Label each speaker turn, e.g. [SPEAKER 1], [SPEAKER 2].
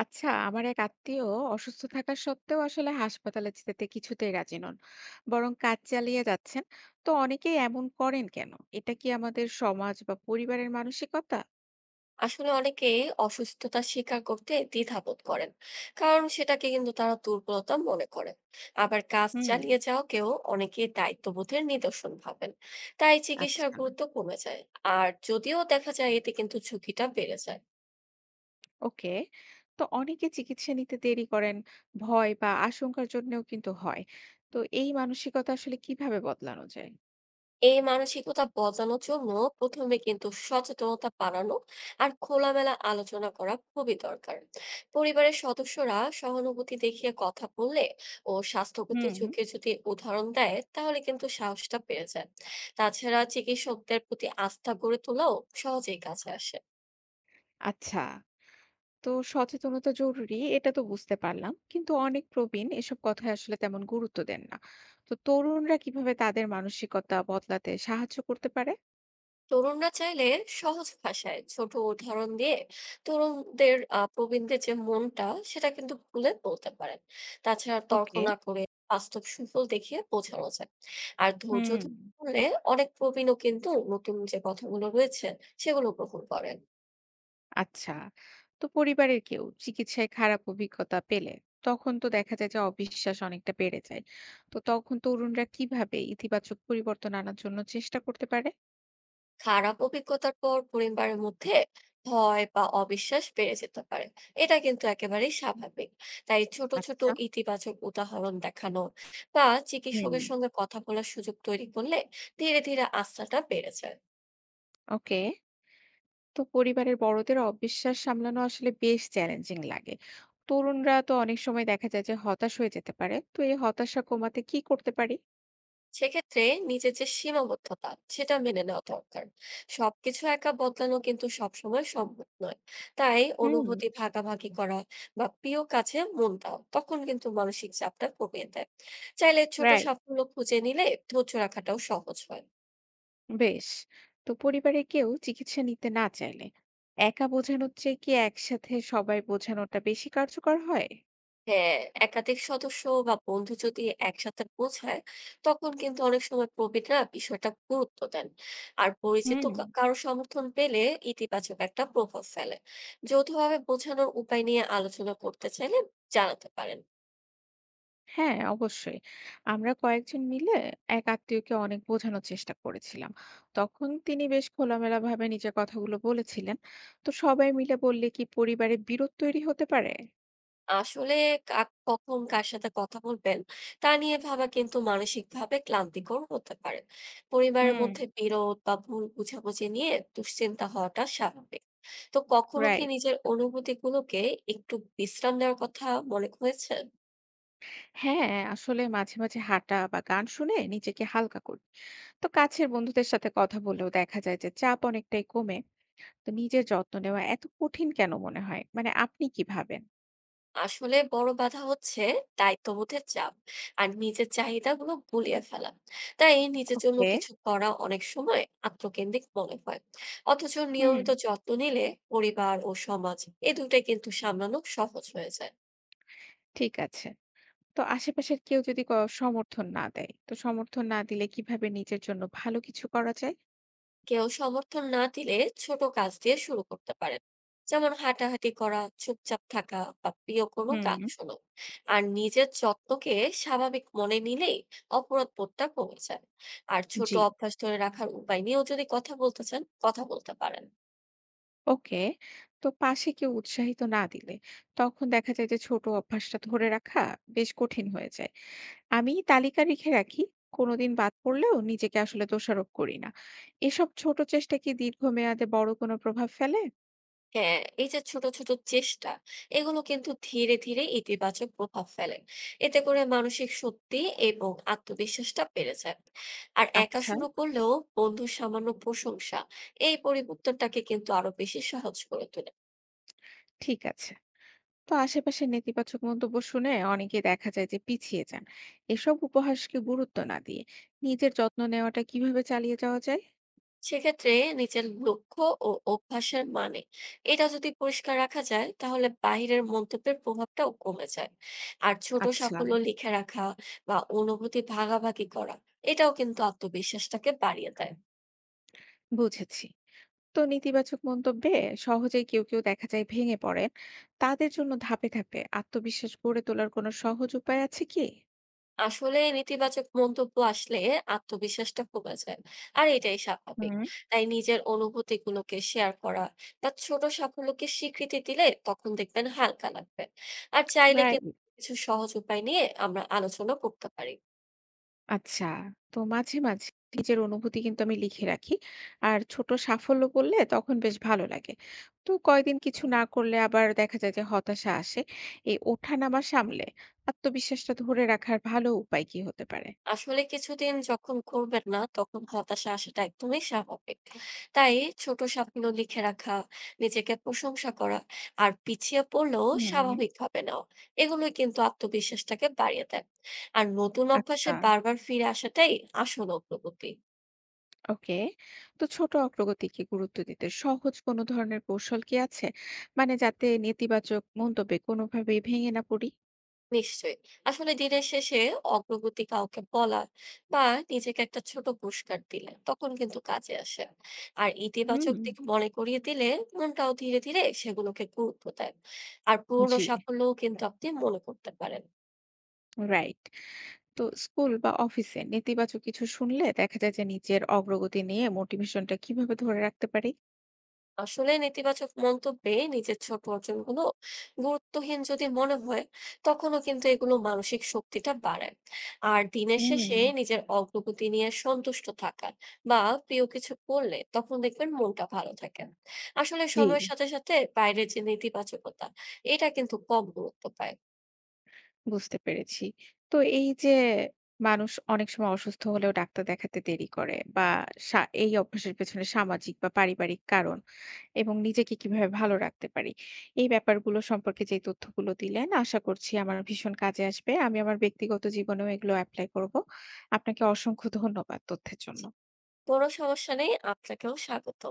[SPEAKER 1] আচ্ছা, আমার এক আত্মীয় অসুস্থ থাকা সত্ত্বেও আসলে হাসপাতালে যেতে কিছুতেই রাজি নন। বরং কাজ চালিয়ে যাচ্ছেন। তো অনেকেই এমন করেন কেন? এটা কি আমাদের সমাজ বা পরিবারের মানসিকতা?
[SPEAKER 2] আসলে অনেকে অসুস্থতা স্বীকার করতে দ্বিধা বোধ করেন, কারণ সেটাকে কিন্তু তারা দুর্বলতা মনে করেন। আবার কাজ
[SPEAKER 1] হুম।
[SPEAKER 2] চালিয়ে যাওয়াকেও অনেকে দায়িত্ববোধের নিদর্শন ভাবেন, তাই চিকিৎসার
[SPEAKER 1] আচ্ছা।
[SPEAKER 2] গুরুত্ব কমে যায়। আর যদিও দেখা যায় এতে কিন্তু ঝুঁকিটা বেড়ে যায়।
[SPEAKER 1] ওকে। তো অনেকে চিকিৎসা নিতে দেরি করেন, ভয় বা আশঙ্কার জন্যও কিন্তু হয়। তো এই মানসিকতা আসলে কিভাবে বদলানো যায়?
[SPEAKER 2] এই মানসিকতা বদলানোর জন্য প্রথমে কিন্তু সচেতনতা বাড়ানো আর খোলামেলা আলোচনা করা খুবই দরকার। পরিবারের সদস্যরা সহানুভূতি দেখিয়ে কথা বললে ও স্বাস্থ্যগত
[SPEAKER 1] হুম।
[SPEAKER 2] ঝুঁকি যদি উদাহরণ দেয়, তাহলে কিন্তু সাহসটা পেয়ে যায়। তাছাড়া চিকিৎসকদের প্রতি আস্থা গড়ে তোলাও সহজেই কাছে আসে।
[SPEAKER 1] আচ্ছা। তো সচেতনতা জরুরি, এটা তো বুঝতে পারলাম, কিন্তু অনেক প্রবীণ এসব কথায় আসলে তেমন গুরুত্ব দেন না। তো তরুণরা কিভাবে তাদের মানসিকতা বদলাতে সাহায্য করতে পারে?
[SPEAKER 2] তরুণরা চাইলে সহজ ভাষায় ছোট উদাহরণ দিয়ে তরুণদের প্রবীণদের যে মনটা, সেটা কিন্তু খুলে বলতে পারেন। তাছাড়া তর্ক
[SPEAKER 1] ওকে।
[SPEAKER 2] না করে বাস্তব সুফল দেখিয়ে বোঝানো যায়। আর ধৈর্য
[SPEAKER 1] হুম।
[SPEAKER 2] ধরে শুনলে অনেক প্রবীণও কিন্তু নতুন যে কথাগুলো রয়েছে সেগুলো গ্রহণ করেন।
[SPEAKER 1] আচ্ছা। তো পরিবারের কেউ চিকিৎসায় খারাপ অভিজ্ঞতা পেলে, তখন তো দেখা যায় যে অবিশ্বাস অনেকটা বেড়ে যায়। তো তখন তরুণরা কিভাবে ইতিবাচক পরিবর্তন আনার জন্য চেষ্টা করতে পারে?
[SPEAKER 2] খারাপ অভিজ্ঞতার পর পরিবারের মধ্যে ভয় বা অবিশ্বাস বেড়ে যেতে পারে, এটা কিন্তু একেবারেই স্বাভাবিক। তাই ছোট ছোট
[SPEAKER 1] আচ্ছা।
[SPEAKER 2] ইতিবাচক উদাহরণ দেখানো বা
[SPEAKER 1] হুম।
[SPEAKER 2] চিকিৎসকের সঙ্গে কথা বলার সুযোগ তৈরি করলে ধীরে ধীরে আস্থাটা বেড়ে যায়।
[SPEAKER 1] ওকে। তো পরিবারের বড়দের অবিশ্বাস সামলানো আসলে বেশ চ্যালেঞ্জিং লাগে। তরুণরা তো অনেক সময় দেখা যায় যে হতাশ হয়ে যেতে পারে। তো এই হতাশা কমাতে কি করতে পারি?
[SPEAKER 2] সেক্ষেত্রে নিজের যে সীমাবদ্ধতা, সেটা মেনে নেওয়া দরকার। সবকিছু একা বদলানো কিন্তু সবসময় সম্ভব নয়। তাই
[SPEAKER 1] হুম।
[SPEAKER 2] অনুভূতি ভাগাভাগি করা বা প্রিয় কাছে মন দাও তখন কিন্তু মানসিক চাপটা কমিয়ে দেয়। চাইলে ছোট
[SPEAKER 1] রাইট।
[SPEAKER 2] সাফল্য খুঁজে নিলে ধৈর্য রাখাটাও সহজ হয়।
[SPEAKER 1] বেশ। তো পরিবারে কেউ চিকিৎসা নিতে না চাইলে, একা বোঝানোর চেয়ে কি একসাথে সবাই বোঝানোটা বেশি কার্যকর হয়?
[SPEAKER 2] হ্যাঁ, একাধিক সদস্য বা বন্ধু যদি একসাথে বোঝায়, তখন কিন্তু অনেক সময় প্রবীণরা বিষয়টা গুরুত্ব দেন। আর পরিচিত
[SPEAKER 1] হুম।
[SPEAKER 2] কারো সমর্থন পেলে ইতিবাচক একটা প্রভাব ফেলে। যৌথভাবে বোঝানোর উপায় নিয়ে আলোচনা করতে চাইলে জানাতে পারেন।
[SPEAKER 1] হ্যাঁ, অবশ্যই। আমরা কয়েকজন মিলে এক আত্মীয়কে অনেক বোঝানোর চেষ্টা করেছিলাম। তখন তিনি বেশ খোলামেলাভাবে নিজের কথাগুলো বলেছিলেন। তো সবাই মিলে বললে কি পরিবারে বিরোধ তৈরি হতে পারে?
[SPEAKER 2] আসলে কখন কার সাথে কথা বলবেন তা নিয়ে ভাবা কিন্তু মানসিকভাবে ক্লান্তিকর হতে পারে। পরিবারের
[SPEAKER 1] হুম।
[SPEAKER 2] মধ্যে বিরোধ বা ভুল বোঝাবুঝি নিয়ে দুশ্চিন্তা হওয়াটা স্বাভাবিক। তো কখনো কি
[SPEAKER 1] রাইট।
[SPEAKER 2] নিজের অনুভূতি গুলোকে একটু বিশ্রাম দেওয়ার কথা মনে হয়েছে?
[SPEAKER 1] হ্যাঁ, আসলে মাঝে মাঝে হাঁটা বা গান শুনে নিজেকে হালকা করি। তো কাছের বন্ধুদের সাথে কথা বললেও দেখা যায় যে চাপ অনেকটাই কমে। তো নিজের যত্ন নেওয়া এত কঠিন কেন মনে হয়? মানে আপনি কি ভাবেন?
[SPEAKER 2] আসলে বড় বাধা হচ্ছে দায়িত্ববোধের চাপ আর নিজের চাহিদাগুলো গুলিয়ে ফেলা। তাই নিজের জন্য
[SPEAKER 1] ওকে।
[SPEAKER 2] কিছু করা অনেক সময় আত্মকেন্দ্রিক মনে হয়। অথচ
[SPEAKER 1] হুম।
[SPEAKER 2] নিয়মিত যত্ন নিলে পরিবার ও সমাজ, এই দুটাই কিন্তু সামলানো সহজ হয়ে যায়।
[SPEAKER 1] ঠিক আছে। তো আশেপাশের কেউ যদি সমর্থন না দেয়, তো সমর্থন না দিলে কিভাবে নিজের জন্য ভালো কিছু করা যায়?
[SPEAKER 2] কেউ সমর্থন না দিলে ছোট কাজ দিয়ে শুরু করতে পারেন, যেমন হাঁটাহাঁটি করা, চুপচাপ থাকা বা প্রিয় কোনো
[SPEAKER 1] হুম।
[SPEAKER 2] গান শোনো। আর নিজের যত্নকে স্বাভাবিক মনে নিলেই অপরাধ বোধটা কমে যায়। আর ছোট
[SPEAKER 1] জি।
[SPEAKER 2] অভ্যাস ধরে রাখার উপায় নিয়েও যদি কথা বলতে চান, কথা বলতে পারেন।
[SPEAKER 1] ওকে। তো পাশে কেউ উৎসাহিত না দিলে তখন দেখা যায় যে ছোট অভ্যাসটা ধরে রাখা বেশ কঠিন হয়ে যায়। আমি তালিকা রেখে রাখি। কোনোদিন বাদ পড়লেও নিজেকে আসলে দোষারোপ করি না। এসব ছোট চেষ্টা কি দীর্ঘমেয়াদে বড় কোনো প্রভাব ফেলে?
[SPEAKER 2] হ্যাঁ, এই যে ছোট ছোট চেষ্টা, এগুলো কিন্তু ধীরে ধীরে ইতিবাচক প্রভাব ফেলে। এতে করে মানসিক শক্তি এবং আত্মবিশ্বাসটা বেড়ে যায়। আর একা
[SPEAKER 1] আচ্ছা।
[SPEAKER 2] শুরু করলেও বন্ধুর সামান্য প্রশংসা এই পরিবর্তনটাকে কিন্তু আরো বেশি সহজ করে তোলে।
[SPEAKER 1] ঠিক আছে। তো আশেপাশের নেতিবাচক মন্তব্য শুনে অনেকে দেখা যায় যে পিছিয়ে যান। এসব উপহাসকে গুরুত্ব না দিয়ে নিজের যত্ন নেওয়াটা কিভাবে চালিয়ে যাওয়া যায়?
[SPEAKER 2] সেক্ষেত্রে নিজের লক্ষ্য ও অভ্যাসের মানে, এটা যদি পরিষ্কার রাখা যায় তাহলে বাইরের মন্তব্যের প্রভাবটাও কমে যায়। আর ছোট
[SPEAKER 1] আচ্ছা।
[SPEAKER 2] সাফল্য লিখে রাখা বা অনুভূতি ভাগাভাগি করা, এটাও কিন্তু আত্মবিশ্বাসটাকে বাড়িয়ে দেয়।
[SPEAKER 1] বুঝেছি। তো নেতিবাচক মন্তব্যে সহজেই কেউ কেউ দেখা যায় ভেঙে পড়েন। তাদের জন্য ধাপে ধাপে আত্মবিশ্বাস গড়ে তোলার কোনো সহজ উপায় আছে কি?
[SPEAKER 2] আসলে নেতিবাচক মন্তব্য আসলে আত্মবিশ্বাসটা কমে যায়, আর এটাই স্বাভাবিক।
[SPEAKER 1] হুম।
[SPEAKER 2] তাই নিজের অনুভূতি গুলোকে শেয়ার করা বা ছোট সাফল্যকে স্বীকৃতি দিলে তখন দেখবেন হালকা লাগবে। আর চাইলে
[SPEAKER 1] রাইট।
[SPEAKER 2] কিন্তু কিছু সহজ উপায় নিয়ে আমরা আলোচনা করতে পারি।
[SPEAKER 1] আচ্ছা। তো মাঝে মাঝে নিজের অনুভূতি কিন্তু আমি লিখে রাখি। আর ছোট সাফল্য বললে তখন বেশ ভালো লাগে। তো কয়েকদিন কিছু না করলে আবার দেখা যায় যে হতাশা আসে। এই ওঠানামা সামলে আত্মবিশ্বাসটা ধরে রাখার ভালো উপায় কি হতে পারে?
[SPEAKER 2] আসলে কিছুদিন যখন করবেন না তখন হতাশা আসাটা একদমই স্বাভাবিক। তাই ছোট সাফল্য লিখে রাখা, নিজেকে প্রশংসা করা আর পিছিয়ে পড়লেও
[SPEAKER 1] হুম।
[SPEAKER 2] স্বাভাবিকভাবে নেওয়া, এগুলোই কিন্তু আত্মবিশ্বাসটাকে বাড়িয়ে দেয়। আর নতুন অভ্যাসে
[SPEAKER 1] আচ্ছা,
[SPEAKER 2] বারবার ফিরে আসাটাই আসল অগ্রগতি।
[SPEAKER 1] ওকে। তো ছোট অগ্রগতিকে গুরুত্ব দিতে সহজ কোনো ধরনের কৌশল কি আছে? মানে যাতে নেতিবাচক মন্তব্যে কোনোভাবেই ভেঙে না পড়ি?
[SPEAKER 2] নিশ্চয়ই। আসলে দিনের শেষে অগ্রগতি কাউকে বলা বা নিজেকে একটা ছোট পুরস্কার দিলে তখন কিন্তু কাজে আসে। আর
[SPEAKER 1] হুম,
[SPEAKER 2] ইতিবাচক দিক মনে করিয়ে দিলে মনটাও ধীরে ধীরে সেগুলোকে গুরুত্ব দেয়। আর পুরনো
[SPEAKER 1] জি।
[SPEAKER 2] সাফল্যও কিন্তু আপনি মনে করতে পারেন।
[SPEAKER 1] রাইট। তো স্কুল বা অফিসে নেতিবাচক কিছু শুনলে দেখা যায় যে নিজের অগ্রগতি নিয়ে মোটিভেশনটা কিভাবে ধরে রাখতে পারি?
[SPEAKER 2] আসলে নেতিবাচক মন্তব্যে নিজের ছোট অর্জনগুলো গুরুত্বহীন যদি মনে হয়, তখনও কিন্তু এগুলো মানসিক শক্তিটা বাড়ায়। আর দিনের শেষে
[SPEAKER 1] হুম।
[SPEAKER 2] নিজের অগ্রগতি নিয়ে সন্তুষ্ট থাকা বা প্রিয় কিছু করলে তখন দেখবেন মনটা ভালো থাকে। আসলে
[SPEAKER 1] জি।
[SPEAKER 2] সময়ের সাথে সাথে বাইরের যে নেতিবাচকতা, এটা কিন্তু কম গুরুত্ব পায়।
[SPEAKER 1] বুঝতে পেরেছি। তো এই যে মানুষ অনেক সময় অসুস্থ হলেও ডাক্তার দেখাতে দেরি করে, বা এই অভ্যাসের পেছনে সামাজিক বা পারিবারিক কারণ, এবং নিজেকে কিভাবে ভালো রাখতে পারি, এই ব্যাপারগুলো সম্পর্কে যে তথ্যগুলো দিলেন, আশা করছি আমার ভীষণ কাজে আসবে। আমি আমার ব্যক্তিগত জীবনেও এগুলো অ্যাপ্লাই করব। আপনাকে অসংখ্য ধন্যবাদ তথ্যের জন্য।
[SPEAKER 2] জি, কোনো সমস্যা নেই, আপনাকেও স্বাগত।